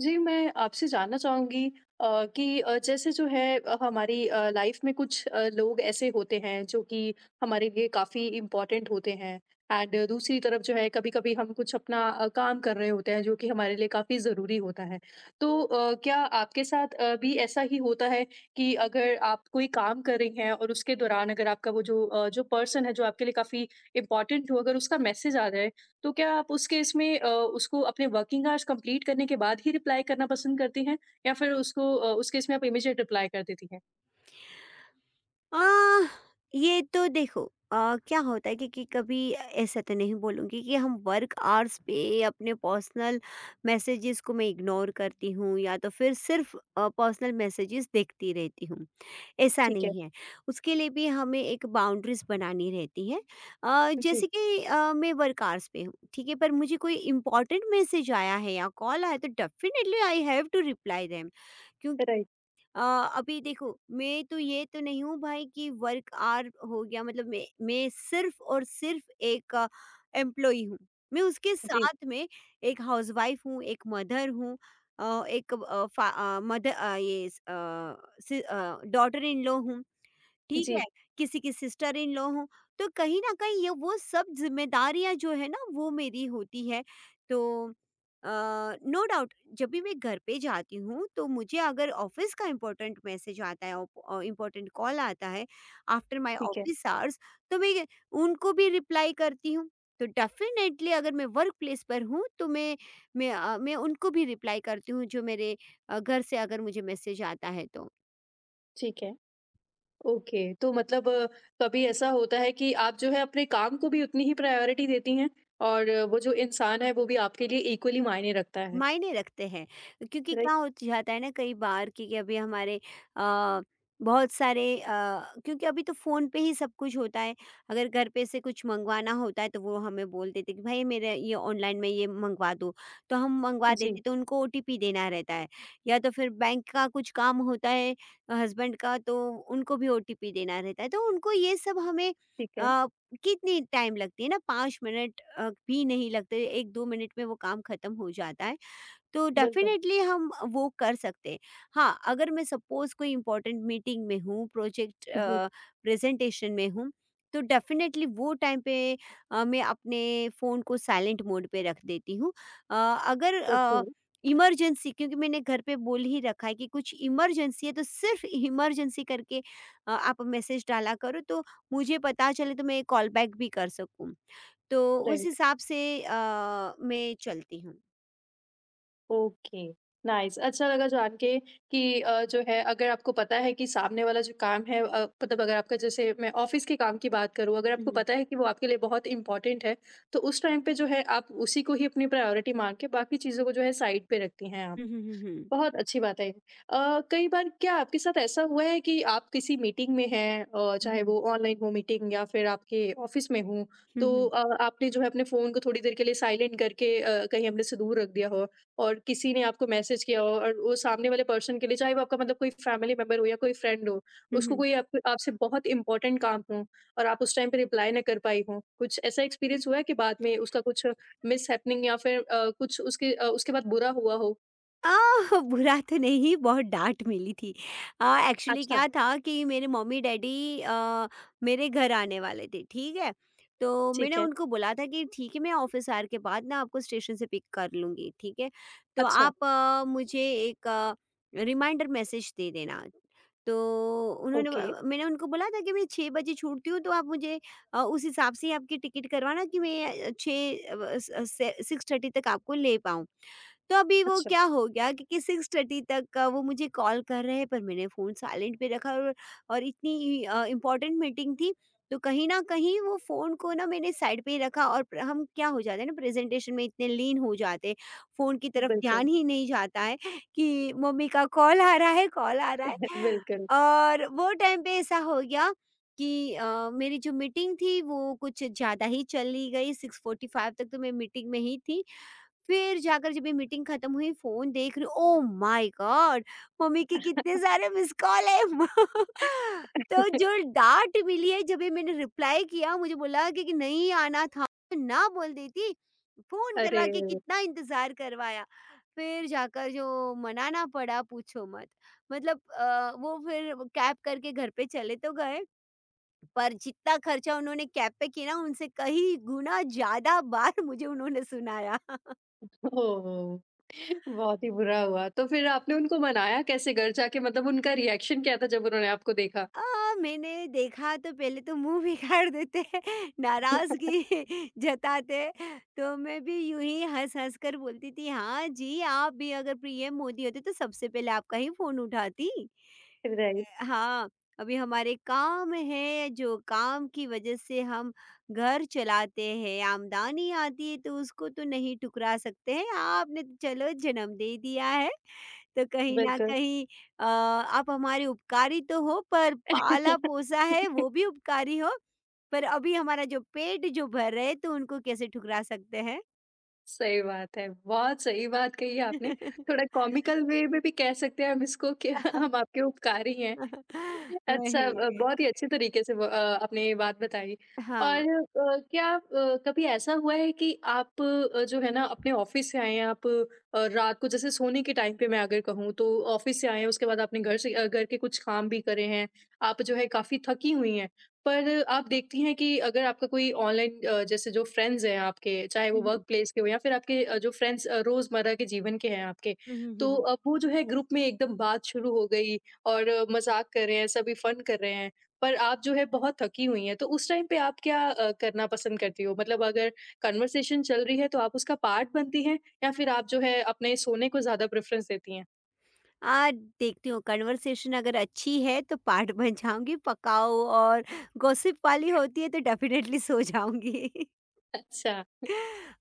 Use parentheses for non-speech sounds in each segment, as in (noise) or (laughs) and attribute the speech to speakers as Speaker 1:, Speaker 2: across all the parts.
Speaker 1: जी, मैं आपसे जानना चाहूँगी कि जैसे जो है हमारी लाइफ में कुछ लोग ऐसे होते हैं जो कि हमारे लिए काफ़ी इम्पोर्टेंट होते हैं। एंड दूसरी तरफ जो है कभी-कभी हम कुछ अपना काम कर रहे होते हैं जो कि हमारे लिए काफ़ी ज़रूरी होता है। तो क्या आपके साथ भी ऐसा ही होता है कि अगर आप कोई काम कर रही हैं और उसके दौरान अगर आपका वो जो जो पर्सन है जो आपके लिए काफ़ी इम्पोर्टेंट हो अगर उसका मैसेज आ जाए तो क्या आप उसके इसमें उसको अपने वर्किंग आवर्स कंप्लीट करने के बाद ही रिप्लाई करना पसंद करती हैं या फिर उसको उसके इसमें आप इमीडिएट रिप्लाई कर देती हैं?
Speaker 2: आह, ये तो देखो। क्या होता है कि कभी ऐसा तो नहीं बोलूँगी कि हम वर्क आवर्स पे अपने पर्सनल मैसेजेस को मैं इग्नोर करती हूँ या तो फिर सिर्फ पर्सनल मैसेजेस देखती रहती हूँ, ऐसा
Speaker 1: ठीक है।
Speaker 2: नहीं है। उसके लिए भी हमें एक बाउंड्रीज़ बनानी रहती है।
Speaker 1: जी,
Speaker 2: मैं वर्क आवर्स पे हूँ, ठीक है? पर मुझे कोई इम्पोर्टेंट मैसेज आया है या कॉल आया है तो definitely I have to reply them क्योंकि
Speaker 1: राइट।
Speaker 2: अ, अभी देखो मैं तो ये तो नहीं हूँ भाई कि वर्क आवर हो गया मतलब मैं सिर्फ और सिर्फ एक एम्प्लॉई हूँ। मैं उसके
Speaker 1: जी,
Speaker 2: साथ में एक हाउसवाइफ हूँ, एक मदर हूँ अ, एक अ, फा अ, मदर अ, ये स अ, सि अ, डॉटर इन लॉ हूँ। ठीक
Speaker 1: जी,
Speaker 2: है, किसी की सिस्टर इन लॉ हो, तो कहीं न कहीं ये वो सब ज़िम्मेदारियाँ जो है ना वो मेरी होती है। तो नो डाउट जब भी मैं घर पे जाती हूँ तो मुझे अगर ऑफ़िस का इम्पोर्टेंट मैसेज आता है औप इम्पोर्टेंट कॉल आता है आफ्टर माय
Speaker 1: ठीक है,
Speaker 2: ऑफ़िस आवर्स तो मैं उनको भी रिप्लाई करती हूँ। तो डेफ़िनेटली अगर मैं वर्क प्लेस पर हूँ तो मैं उनको भी रिप्लाई करती हूँ जो मेरे घर से अगर मुझे मैसेज आता है तो।
Speaker 1: ठीक है। ओके, तो मतलब कभी ऐसा होता है कि आप जो है अपने काम को भी उतनी ही प्रायोरिटी देती हैं और वो जो इंसान है वो भी आपके लिए इक्वली मायने रखता है।
Speaker 2: मायने रखते हैं क्योंकि क्या हो
Speaker 1: राइट।
Speaker 2: जाता है ना कई बार कि अभी हमारे अ, बहुत सारे क्योंकि अभी तो फ़ोन पे ही सब कुछ होता है अगर घर पे से कुछ मंगवाना होता है तो वो हमें बोल देते कि भाई मेरे ये ऑनलाइन में ये मंगवा दो तो हम मंगवा
Speaker 1: जी,
Speaker 2: देते तो उनको ओटीपी देना रहता है या तो फिर बैंक का कुछ काम होता है हस्बैंड का तो उनको भी ओटीपी देना रहता है तो उनको ये सब हमें
Speaker 1: ठीक है।
Speaker 2: अ, कितनी टाइम लगती है ना 5 मिनट भी नहीं लगते एक दो मिनट में वो काम ख़त्म हो जाता है तो
Speaker 1: बिल्कुल।
Speaker 2: डेफिनेटली हम वो कर सकते हैं। हाँ, अगर मैं सपोज़ कोई इम्पोर्टेंट मीटिंग में हूँ, प्रोजेक्ट
Speaker 1: जी,
Speaker 2: प्रेज़ेंटेशन में हूँ, तो डेफिनेटली वो टाइम पे मैं अपने फ़ोन को साइलेंट मोड पे रख देती हूँ। अ, अगर
Speaker 1: ओके,
Speaker 2: अ, इमरजेंसी क्योंकि मैंने घर पे बोल ही रखा है कि कुछ इमरजेंसी है, तो सिर्फ़ इमरजेंसी करके आप मैसेज डाला करो, तो मुझे पता चले तो मैं कॉल बैक भी कर सकूँ। तो उस
Speaker 1: राइट।
Speaker 2: हिसाब से अ, मैं चलती हूँ।
Speaker 1: Okay, nice. अच्छा लगा जान के कि जो है अगर आपको पता है कि सामने वाला जो काम है मतलब अगर आपका जैसे मैं ऑफ़िस के काम की बात करूँ, अगर
Speaker 2: हुँ,
Speaker 1: आपको
Speaker 2: हुँ।
Speaker 1: पता है कि वो आपके लिए बहुत इम्पोर्टेंट है, तो उस टाइम पे जो है आप उसी को ही अपनी प्रायोरिटी मान के बाकी चीज़ों को जो है साइड पे रखती हैं आप।
Speaker 2: हुँ, हुँ, हुँ, हुँ।
Speaker 1: बहुत अच्छी बात है ये। कई बार क्या आपके साथ ऐसा हुआ है कि आप किसी मीटिंग में हैं,
Speaker 2: हुँ,
Speaker 1: चाहे
Speaker 2: हुँ।
Speaker 1: वो ऑनलाइन हो मीटिंग या फिर आपके ऑफिस में हो,
Speaker 2: हुँ,
Speaker 1: तो
Speaker 2: हुँ।
Speaker 1: आपने जो है अपने फ़ोन को थोड़ी देर के लिए साइलेंट करके कहीं अपने से दूर रख दिया हो और किसी ने आपको मैसेज किया हो और वो सामने वाले पर्सन के लिए, चाहे वो आपका मतलब कोई फैमिली मेम्बर हो या कोई फ्रेंड हो,
Speaker 2: हुँ,
Speaker 1: उसको
Speaker 2: हुँ।
Speaker 1: कोई आप, आपसे बहुत इंपॉर्टेंट काम हो और आप उस टाइम पे रिप्लाई ना कर पाई हो, कुछ ऐसा एक्सपीरियंस हुआ है कि बाद में उसका कुछ मिस हैपनिंग या फिर कुछ उसके उसके बाद बुरा हुआ हो?
Speaker 2: आह! बुरा तो नहीं, बहुत डाँट मिली थी। अ, एक्चुअली
Speaker 1: अच्छा,
Speaker 2: क्या था कि मेरे मम्मी-डैडी मेरे घर आने वाले थे, ठीक है? तो
Speaker 1: ठीक
Speaker 2: मैंने
Speaker 1: है।
Speaker 2: उनको बोला था कि ठीक है, मैं ऑफ़िस आवर के बाद ना आपको स्टेशन से पिक कर लूँगी, ठीक है? तो
Speaker 1: अच्छा,
Speaker 2: आप मुझे एक रिमाइंडर मैसेज दे देना। तो उन्होंने
Speaker 1: ओके,
Speaker 2: ब मैंने उनको बोला था कि मैं 6 बजे छूटती हूँ, तो आप मुझे उस हिसाब से आपकी टिकट करवाना कि मैं अ, 6 अ, ब स से 6:30 तक आपको ले पाऊँ। तो अभी वो
Speaker 1: अच्छा,
Speaker 2: क्या हो गया क्योंकि 6:30 तक वो मुझे कॉल कर रहे हैं पर मैंने फ़ोन साइलेंट पे रखा और इतनी इम्पोर्टेंट मीटिंग थी तो कहीं न कहीं वो फ़ोन को ना मैंने साइड पे ही रखा और प्र हम क्या हो जाते हैं ना प्रेज़ेंटेशन में इतने लीन हो जाते हैं, फ़ोन की तरफ ध्यान
Speaker 1: बिल्कुल,
Speaker 2: ही नहीं जाता है कि मम्मी का कॉल आ रहा है, कॉल आ रहा है।
Speaker 1: (laughs) बिल्कुल।
Speaker 2: और वो टाइम पे ऐसा हो गया कि मेरी जो मीटिंग थी वो कुछ ज़्यादा ही चली गई 6:45 तक तो मैं मीटिंग में ही थी। फिर जाकर जब ये मीटिंग खत्म हुई फ़ोन देख रही हूँ ओह माय गॉड! मम्मी के कितने सारे मिस कॉल है। (laughs) तो जो
Speaker 1: (laughs)
Speaker 2: डाँट मिली है जब ये मैंने रिप्लाई किया मुझे बोला कि नहीं आना था, ना बोल देती। फ़ोन
Speaker 1: अरे!
Speaker 2: करवा के कितना इंतज़ार करवाया। फिर जाकर जो मनाना पड़ा पूछो मत। मतलब वो फिर कैब करके घर पे चले तो गए पर जितना खर्चा उन्होंने कैब पे किया ना उनसे कहीं गुना ज़्यादा बार मुझे उन्होंने सुनाया।
Speaker 1: ओह! बहुत ही बुरा हुआ। तो फिर आपने उनको मनाया कैसे घर जाके? मतलब उनका रिएक्शन क्या था जब उन्होंने आपको देखा?
Speaker 2: अ, मैंने देखा तो पहले तो मुँह बिगाड़ देते हैं, (laughs)
Speaker 1: (laughs)
Speaker 2: नाराज़गी (laughs) जताते हैं। तो मैं भी यूँ ही हँस-हँस कर बोलती थी, "हाँ जी, आप भी अगर पीएम मोदी होते तो सबसे पहले आपका ही फ़ोन उठाती।
Speaker 1: राइट,
Speaker 2: हाँ, अभी हमारे काम हैं, जो काम की वजह से हम घर चलाते हैं, आमदनी आती है तो उसको तो नहीं ठुकरा सकते हैं। आपने तो चलो जन्म दे दिया है।" तो कहीं न
Speaker 1: बिल्कुल।
Speaker 2: कहीं आप हमारे उपकारी तो हो पर
Speaker 1: (laughs)
Speaker 2: पाला-पोसा है वो भी उपकारी हो, पर अभी हमारा जो पेट जो भर रहे तो उनको कैसे ठुकरा सकते हैं?
Speaker 1: सही बात है, बहुत सही बात कही आपने।
Speaker 2: (laughs)
Speaker 1: थोड़ा कॉमिकल वे में भी कह सकते हैं हम इसको कि (laughs) हम आपके उपकारी हैं। अच्छा,
Speaker 2: वही।
Speaker 1: बहुत ही अच्छे तरीके से वो आपने ये बात बताई।
Speaker 2: हाँ।
Speaker 1: और कभी ऐसा हुआ है कि आप जो है ना अपने ऑफ़िस से आए हैं आप, रात को जैसे सोने के टाइम पे मैं अगर कहूँ तो ऑफ़िस से आए हैं, उसके बाद आपने घर से घर के कुछ काम भी करे हैं, आप जो है काफ़ी थकी हुई हैं। पर आप देखती हैं कि अगर आपका कोई ऑनलाइन जैसे जो फ्रेंड्स हैं आपके, चाहे वो
Speaker 2: हुँ, हुँ।
Speaker 1: वर्क प्लेस के हों या फिर आपके जो फ्रेंड्स रोज़मर्रा के जीवन के हैं आपके,
Speaker 2: हुँ, हुँ, हुँ,
Speaker 1: तो
Speaker 2: हुँ।
Speaker 1: अब वो जो है ग्रुप में एकदम बात शुरू हो गई और मज़ाक कर रहे हैं, सभी फन कर रहे हैं। पर आप जो है बहुत थकी हुई हैं, तो उस टाइम पे आप क्या करना पसंद करती हो? मतलब अगर कन्वर्सेशन चल रही है तो आप उसका पार्ट बनती हैं या फिर आप जो है अपने सोने को ज़्यादा प्रेफ़रेंस देती हैं?
Speaker 2: आज देखती हूँ कन्वर्सेशन अगर अच्छी है तो पार्ट बन जाऊँगी, पकाओ और गॉसिप वाली होती है तो डेफ़िनेटली सो जाऊँगी।
Speaker 1: अच्छा,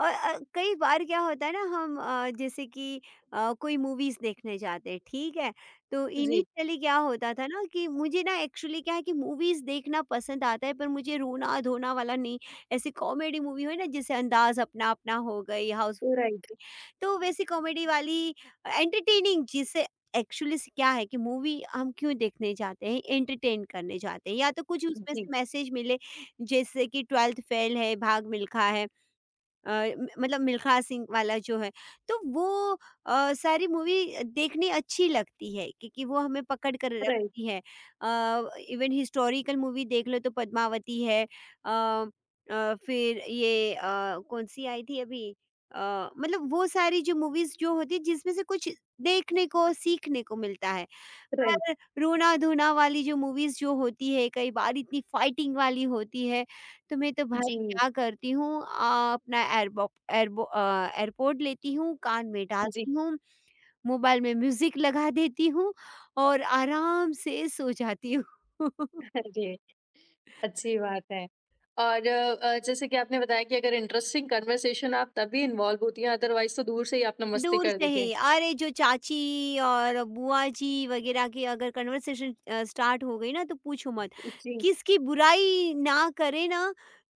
Speaker 2: और कई बार क्या होता है ना हम जैसे कि कोई मूवीज़ देखने जाते हैं, ठीक है? तो
Speaker 1: जी,
Speaker 2: इनिशियली क्या होता था ना कि मुझे ना एक्चुअली क्या है कि मूवीज़ देखना पसंद आता है पर मुझे रोना-धोना वाला नहीं, ऐसी कॉमेडी मूवी हो ना जैसे अंदाज़ अपना-अपना हो गई, हाउस
Speaker 1: राइट,
Speaker 2: तो वैसी कॉमेडी वाली एंटरटेनिंग जिसे एक्चुअली से क्या है कि मूवी हम क्यों देखने जाते हैं, एंटरटेन करने जाते हैं या तो कुछ उसमें
Speaker 1: जी,
Speaker 2: से मैसेज मिले जैसे कि ट्वेल्थ फेल है, भाग मिल्खा है। अ, म मतलब मिल्खा सिंह वाला जो है, तो वो सारी मूवी देखनी अच्छी लगती है क्योंकि वो हमें पकड़ कर
Speaker 1: राइट,
Speaker 2: रखती है। इवन हिस्टोरिकल मूवी देख लो तो पद्मावती है अ, फिर ये अ, कौन-सी आई थी अभी अ, मतलब वो सारी जो मूवीज़ जो होती है जिसमें से कुछ देखने को, सीखने को मिलता है।
Speaker 1: राइट,
Speaker 2: पर रोना-धोना वाली जो मूवीज़ जो होती है, कई बार इतनी फाइटिंग वाली होती है, तो मैं तो भाई
Speaker 1: जी,
Speaker 2: क्या करती हूँ अपना एयरपोर्ट लेती हूँ, कान में
Speaker 1: जी।
Speaker 2: डालती हूँ, मोबाइल में म्यूज़िक लगा देती हूँ और आराम से सो जाती हूँ। (laughs)
Speaker 1: अरे! अच्छी बात है। और जैसे कि आपने बताया कि अगर इंटरेस्टिंग कन्वर्सेशन आप तभी इन्वॉल्व होती हैं, अदरवाइज़ तो दूर से ही आप नमस्ते
Speaker 2: दूर
Speaker 1: कर
Speaker 2: से
Speaker 1: देती हैं।
Speaker 2: ही अरे जो चाची और बुआ जी वगैरह की अगर कन्वर्सेशन स्टार्ट हो गई ना तो पूछो मत
Speaker 1: जी।
Speaker 2: किसकी बुराई ना करे ना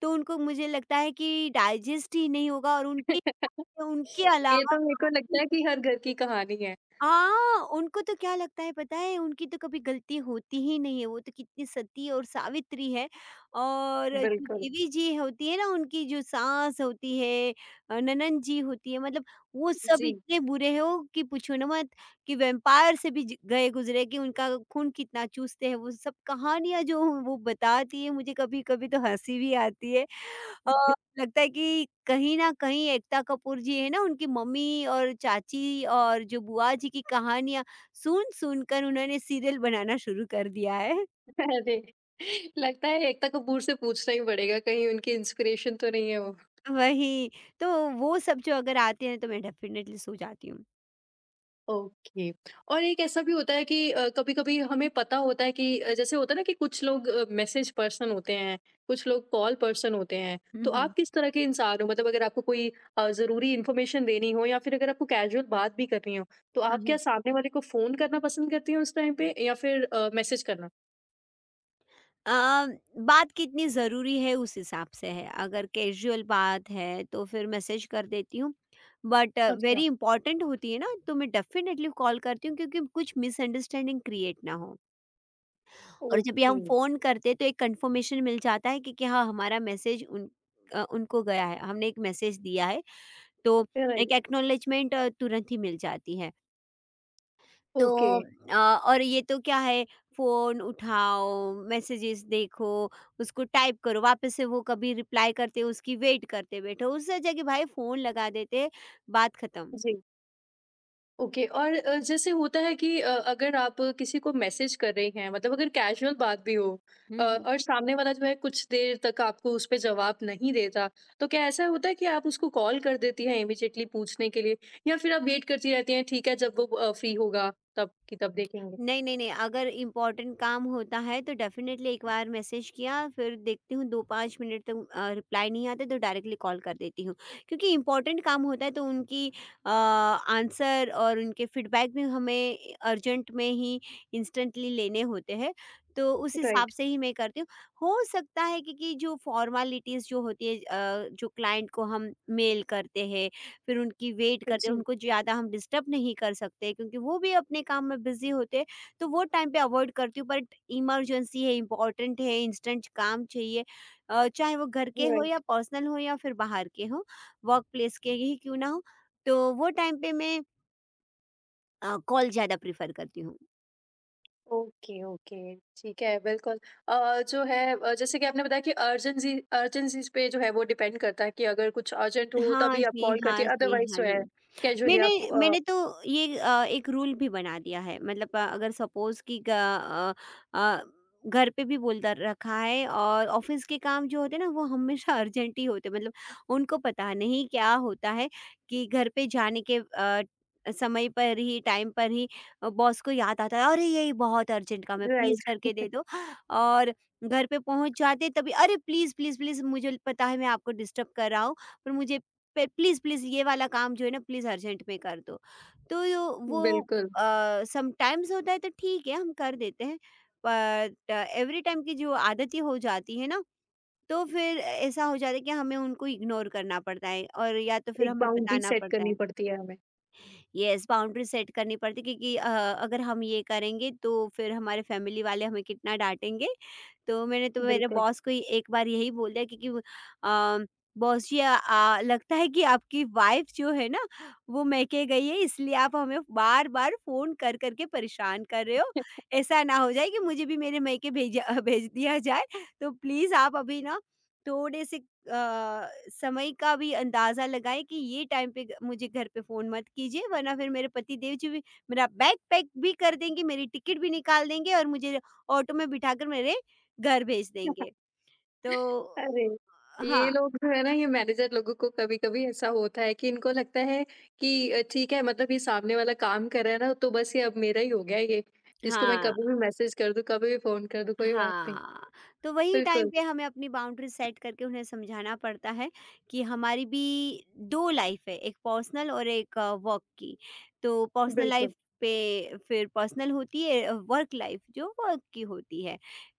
Speaker 2: तो उनको मुझे लगता है कि डाइजेस्ट ही नहीं होगा और उनके
Speaker 1: (laughs)
Speaker 2: उनके
Speaker 1: ये
Speaker 2: अलावा
Speaker 1: तो मेरे को लगता है कि हर घर की कहानी है।
Speaker 2: हाँ, उनको तो क्या लगता है पता है, उनकी तो कभी गलती होती ही नहीं है, वो तो कितनी सती और सावित्री है। और जो
Speaker 1: बिल्कुल,
Speaker 2: देवी जी होती है ना, उनकी जो सास होती है ननंद जी होती है, मतलब वो सब
Speaker 1: जी।
Speaker 2: इतने बुरे हैं वो कि पूछो ना मत, कि वैम्पायर से भी ज गए गुज़रे कि उनका खून कितना चूसते हैं, वो सब कहानियाँ जो वो बताती है, मुझे कभी-कभी तो हँसी भी आती है। अ, लगता है कि कहीं न कहीं एकता कपूर जी है ना, उनकी मम्मी और चाची और जो बुआ जी की कहानियाँ सुन-सुन कर उन्होंने सीरियल बनाना शुरू कर दिया है। (laughs)
Speaker 1: (laughs) अरे! लगता है एकता कपूर से पूछना ही पड़ेगा कहीं उनकी इंस्पिरेशन तो नहीं है वो।
Speaker 2: वही, तो वो सब जो अगर आते हैं तो मैं डेफ़िनेटली सो जाती हूँ।
Speaker 1: ओके। और एक ऐसा भी होता है कि कभी-कभी हमें पता होता है कि जैसे होता है ना कि कुछ लोग मैसेज पर्सन होते हैं, कुछ लोग कॉल पर्सन होते हैं। तो
Speaker 2: हुँ,
Speaker 1: आप
Speaker 2: हुँ।
Speaker 1: किस तरह के इंसान हो? मतलब अगर आपको कोई ज़रूरी इन्फॉर्मेशन देनी हो या फिर अगर आपको कैजुअल बात भी करनी हो, तो
Speaker 2: हाँ,
Speaker 1: आप क्या
Speaker 2: हाँ।
Speaker 1: सामने वाले को फ़ोन करना पसंद करती हैं उस टाइम पे या फिर मैसेज करना?
Speaker 2: अ, बात कितनी ज़रूरी है उस हिसाब से है, अगर कैज़ुअल बात है तो फिर मैसेज कर देती हूँ, बट
Speaker 1: अच्छा,
Speaker 2: वेरी इम्पोर्टेंट होती है ना, तो मैं डेफ़िनेटली कॉल करती हूँ क्योंकि कुछ मिसअंडरस्टैंडिंग क्रिएट ना हो। और जब भी
Speaker 1: ओके।
Speaker 2: हम फ़ोन करते हैं तो एक कंफ़र्मेशन मिल जाता है कि हाँ, हमारा मैसेज उन उनको गया है, हमने एक मैसेज दिया है, तो एक
Speaker 1: राइट,
Speaker 2: एक्नॉलेजमेंट तुरंत ही मिल जाती है। तो
Speaker 1: ओके,
Speaker 2: अ, और ये तो क्या है, फ़ोन उठाओ, मैसेजेस देखो, उसको टाइप करो, वापस से वो कभी रिप्लाई करते, उसकी वेट करते बैठो, उस जगह भाई फ़ोन लगा देते, बात खत्म।
Speaker 1: जी, ओके। और जैसे होता है कि अगर आप किसी को मैसेज कर रहे हैं, मतलब अगर कैजुअल बात भी हो
Speaker 2: हुँ, हुँ।
Speaker 1: और सामने वाला जो है कुछ देर तक आपको उस पे जवाब नहीं देता, तो क्या ऐसा होता है कि आप उसको कॉल कर देती हैं इमीडिएटली पूछने के लिए या फिर आप वेट करती रहती हैं, ठीक है, जब वो फ्री होगा तब कि तब देखेंगे?
Speaker 2: नहीं, नहीं, नहीं, अगर इम्पोर्टेंट काम होता है तो डेफ़िनेटली एक बार मैसेज किया, फिर देखती हूँ 2-5 मिनट तक रिप्लाई नहीं आता तो डायरेक्टली कॉल कर देती हूँ। क्योंकि इम्पोर्टेंट काम होता है तो उनकी आंसर और उनके फीडबैक भी हमें अर्जेंट में ही इंस्टेंटली लेने होते हैं, तो उस हिसाब
Speaker 1: राइट,
Speaker 2: से ही मैं करती हूँ। हो सकता है कि जो फ़ॉर्मेलिटीज़ जो होती है जो क्लाइंट को हम मेल करते हैं, फिर उनकी वेट करते
Speaker 1: जी,
Speaker 2: हैं, उनको ज़्यादा हम डिस्टर्ब नहीं कर सकते क्योंकि वो भी अपने काम में बिज़ी होते हैं। तो वो टाइम पे अवॉइड करती हूँ बट इमरजेंसी है, इम्पोर्टेंट है, इंस्टेंट काम चाहिए चाहे वो घर के हो या
Speaker 1: राइट।
Speaker 2: पर्सनल हो या फिर बाहर के हो, वर्क प्लेस के ही क्यों ना हो, तो वो टाइम पे मैं कॉल ज़्यादा प्रेफ़र करती हूँ।
Speaker 1: ओके, ओके, ठीक है, बिल्कुल। जो है जैसे कि आपने बताया कि अर्जेंसीज़ पे जो है वो डिपेंड करता है कि अगर कुछ अर्जेंट हो
Speaker 2: हाँ
Speaker 1: तभी आप
Speaker 2: जी,
Speaker 1: कॉल करती
Speaker 2: हाँ
Speaker 1: हैं,
Speaker 2: जी,
Speaker 1: अदरवाइज़ जो
Speaker 2: हाँ
Speaker 1: है
Speaker 2: जी।
Speaker 1: कैजुअली
Speaker 2: मैंने
Speaker 1: आप
Speaker 2: मैंने तो ये एक रूल भी बना दिया है मतलब अगर सपोज़ कि अ, घर पे भी बोलता रखा है और ऑफ़िस के काम जो होते हैं ना वो हमेशा (laughs) अर्जेंट ही होते हैं मतलब उनको पता नहीं क्या होता है कि घर पे जाने के समय पर ही टाइम पर ही बॉस को याद आता है अरे! ये बहुत अर्जेंट काम है प्लीज़
Speaker 1: राइट,
Speaker 2: करके दे दो और घर पे पहुँच जाते तभी अरे! प्लीज़, प्लीज़, प्लीज़ मुझे पता है मैं आपको डिस्टर्ब कर रहा हूँ पर मुझे पे प्लीज़, प्लीज़ ये वाला काम जो है ना प्लीज़ अर्जेंट में कर दो। तो यो वो
Speaker 1: बिल्कुल,
Speaker 2: समटाइम्स होता है तो ठीक है हम कर देते हैं। बट एवरी टाइम की जो आदत ही हो जाती है ना, तो फिर ऐसा हो जाता है कि हमें उनको इग्नोर करना पड़ता है और या तो फिर
Speaker 1: एक
Speaker 2: हमें
Speaker 1: बाउंड्री
Speaker 2: बताना
Speaker 1: सेट
Speaker 2: पड़ता
Speaker 1: करनी
Speaker 2: है।
Speaker 1: पड़ती है हमें,
Speaker 2: यस बाउंड्री सेट करनी पड़ती क्योंकि अगर हम ये करेंगे तो फिर हमारे फैमिली वाले हमें कितना डांटेंगे तो मैंने तो मेरे
Speaker 1: बिल्कुल।
Speaker 2: बॉस को ही एक बार यही बोल दिया क्योंकि वो, अ, बॉस जी आ, आ, लगता है कि आपकी वाइफ जो है ना वो मैके गई है इसलिए आप हमें बार बार फोन कर करके परेशान कर रहे हो ऐसा ना हो जाए कि मुझे भी मेरे मैके भेजा (laughs) भेज दिया जाए तो प्लीज़ आप अभी ना थोड़े से अ, समय का भी अंदाज़ा लगाएँ कि ये टाइम पे ग मुझे घर पे फ़ोन मत कीजिए वरना फिर मेरे पति देव जी भी मेरा बैग पैक भी कर देंगे, मेरी टिकट भी निकाल देंगे और मुझे ऑटो में बिठाकर मेरे घर भेज देंगे।
Speaker 1: (laughs)
Speaker 2: तो
Speaker 1: अरे! ये
Speaker 2: हाँ,
Speaker 1: लोग जो है ना, ये मैनेजर लोगों को कभी-कभी ऐसा होता है कि इनको लगता है कि ठीक है मतलब ये सामने वाला काम कर रहा है ना, तो बस ये अब मेरा ही हो गया ये, इसको मैं
Speaker 2: हाँ।
Speaker 1: कभी भी मैसेज कर दूँ, कभी भी फ़ोन कर दूँ, कोई बात नहीं।
Speaker 2: हाँ, तो वही टाइम
Speaker 1: बिल्कुल,
Speaker 2: पे हमें अपनी बाउंड्री सेट करके उन्हें समझाना पड़ता है कि हमारी भी 2 लाइफ है, एक पर्सनल और एक वर्क की। तो पर्सनल
Speaker 1: बिल्कुल।
Speaker 2: लाइफ पे फिर पर्सनल होती है, वर्क लाइफ जो वर्क की होती है।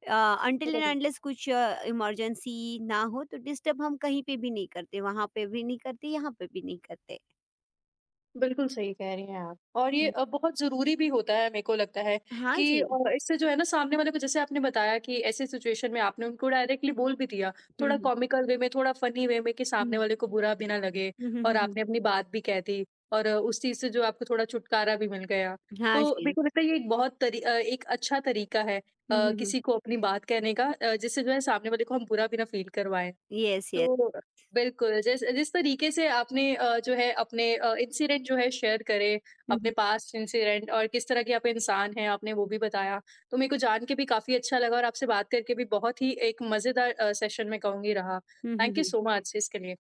Speaker 2: अ, अनटिल एंड
Speaker 1: राइट,
Speaker 2: अनलेस कुछ इमरजेंसी ना हो तो डिस्टर्ब हम कहीं पे भी नहीं करते, वहाँ पे भी नहीं करते, यहाँ पे भी नहीं करते।
Speaker 1: बिल्कुल सही कह रही हैं आप और ये
Speaker 2: हुँ,
Speaker 1: बहुत ज़रूरी भी होता है मेरे को लगता है
Speaker 2: हाँ
Speaker 1: कि
Speaker 2: जी।
Speaker 1: इससे जो है ना सामने वाले को जैसे आपने बताया कि ऐसे सिचुएशन में आपने उनको डायरेक्टली बोल भी दिया,
Speaker 2: हुँ,
Speaker 1: थोड़ा
Speaker 2: हुँ,
Speaker 1: कॉमिकल वे में, थोड़ा फ़नी वे में कि
Speaker 2: हुँ,
Speaker 1: सामने
Speaker 2: हुँ,
Speaker 1: वाले को बुरा भी ना लगे
Speaker 2: हुँ, हुँ,
Speaker 1: और
Speaker 2: हुँ, हुँ,
Speaker 1: आपने अपनी बात भी कह दी और उस चीज़ से जो आपको थोड़ा छुटकारा भी मिल गया।
Speaker 2: हाँ
Speaker 1: तो मेरे
Speaker 2: जी।
Speaker 1: को लगता है ये एक बहुत एक अच्छा तरीका है
Speaker 2: हुँ, हुँ, हुँ,
Speaker 1: किसी को अपनी बात कहने का, जिससे जो है सामने वाले को हम बुरा भी ना फ़ील करवाएँ।
Speaker 2: Yes, yes.
Speaker 1: तो बिल्कुल, जिस जिस तरीके से आपने जो है अपने इंसिडेंट जो है शेयर करे,
Speaker 2: हुँ,
Speaker 1: अपने
Speaker 2: हुँ,
Speaker 1: पास्ट इंसिडेंट और किस तरह के आप इंसान हैं, आपने वो भी बताया। तो मेरे को जान के भी काफ़ी अच्छा लगा और आपसे बात करके भी बहुत ही एक मज़ेदार सेशन मैं कहूँगी रहा।
Speaker 2: हुँ, हुँ,
Speaker 1: थैंक यू
Speaker 2: हुँ।
Speaker 1: सो मच इसके लिए।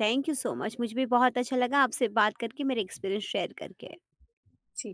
Speaker 2: थैंक यू सो मच मुझे भी बहुत अच्छा लगा आपसे बात करके मेरे एक्सपीरियंस शेयर करके
Speaker 1: जी।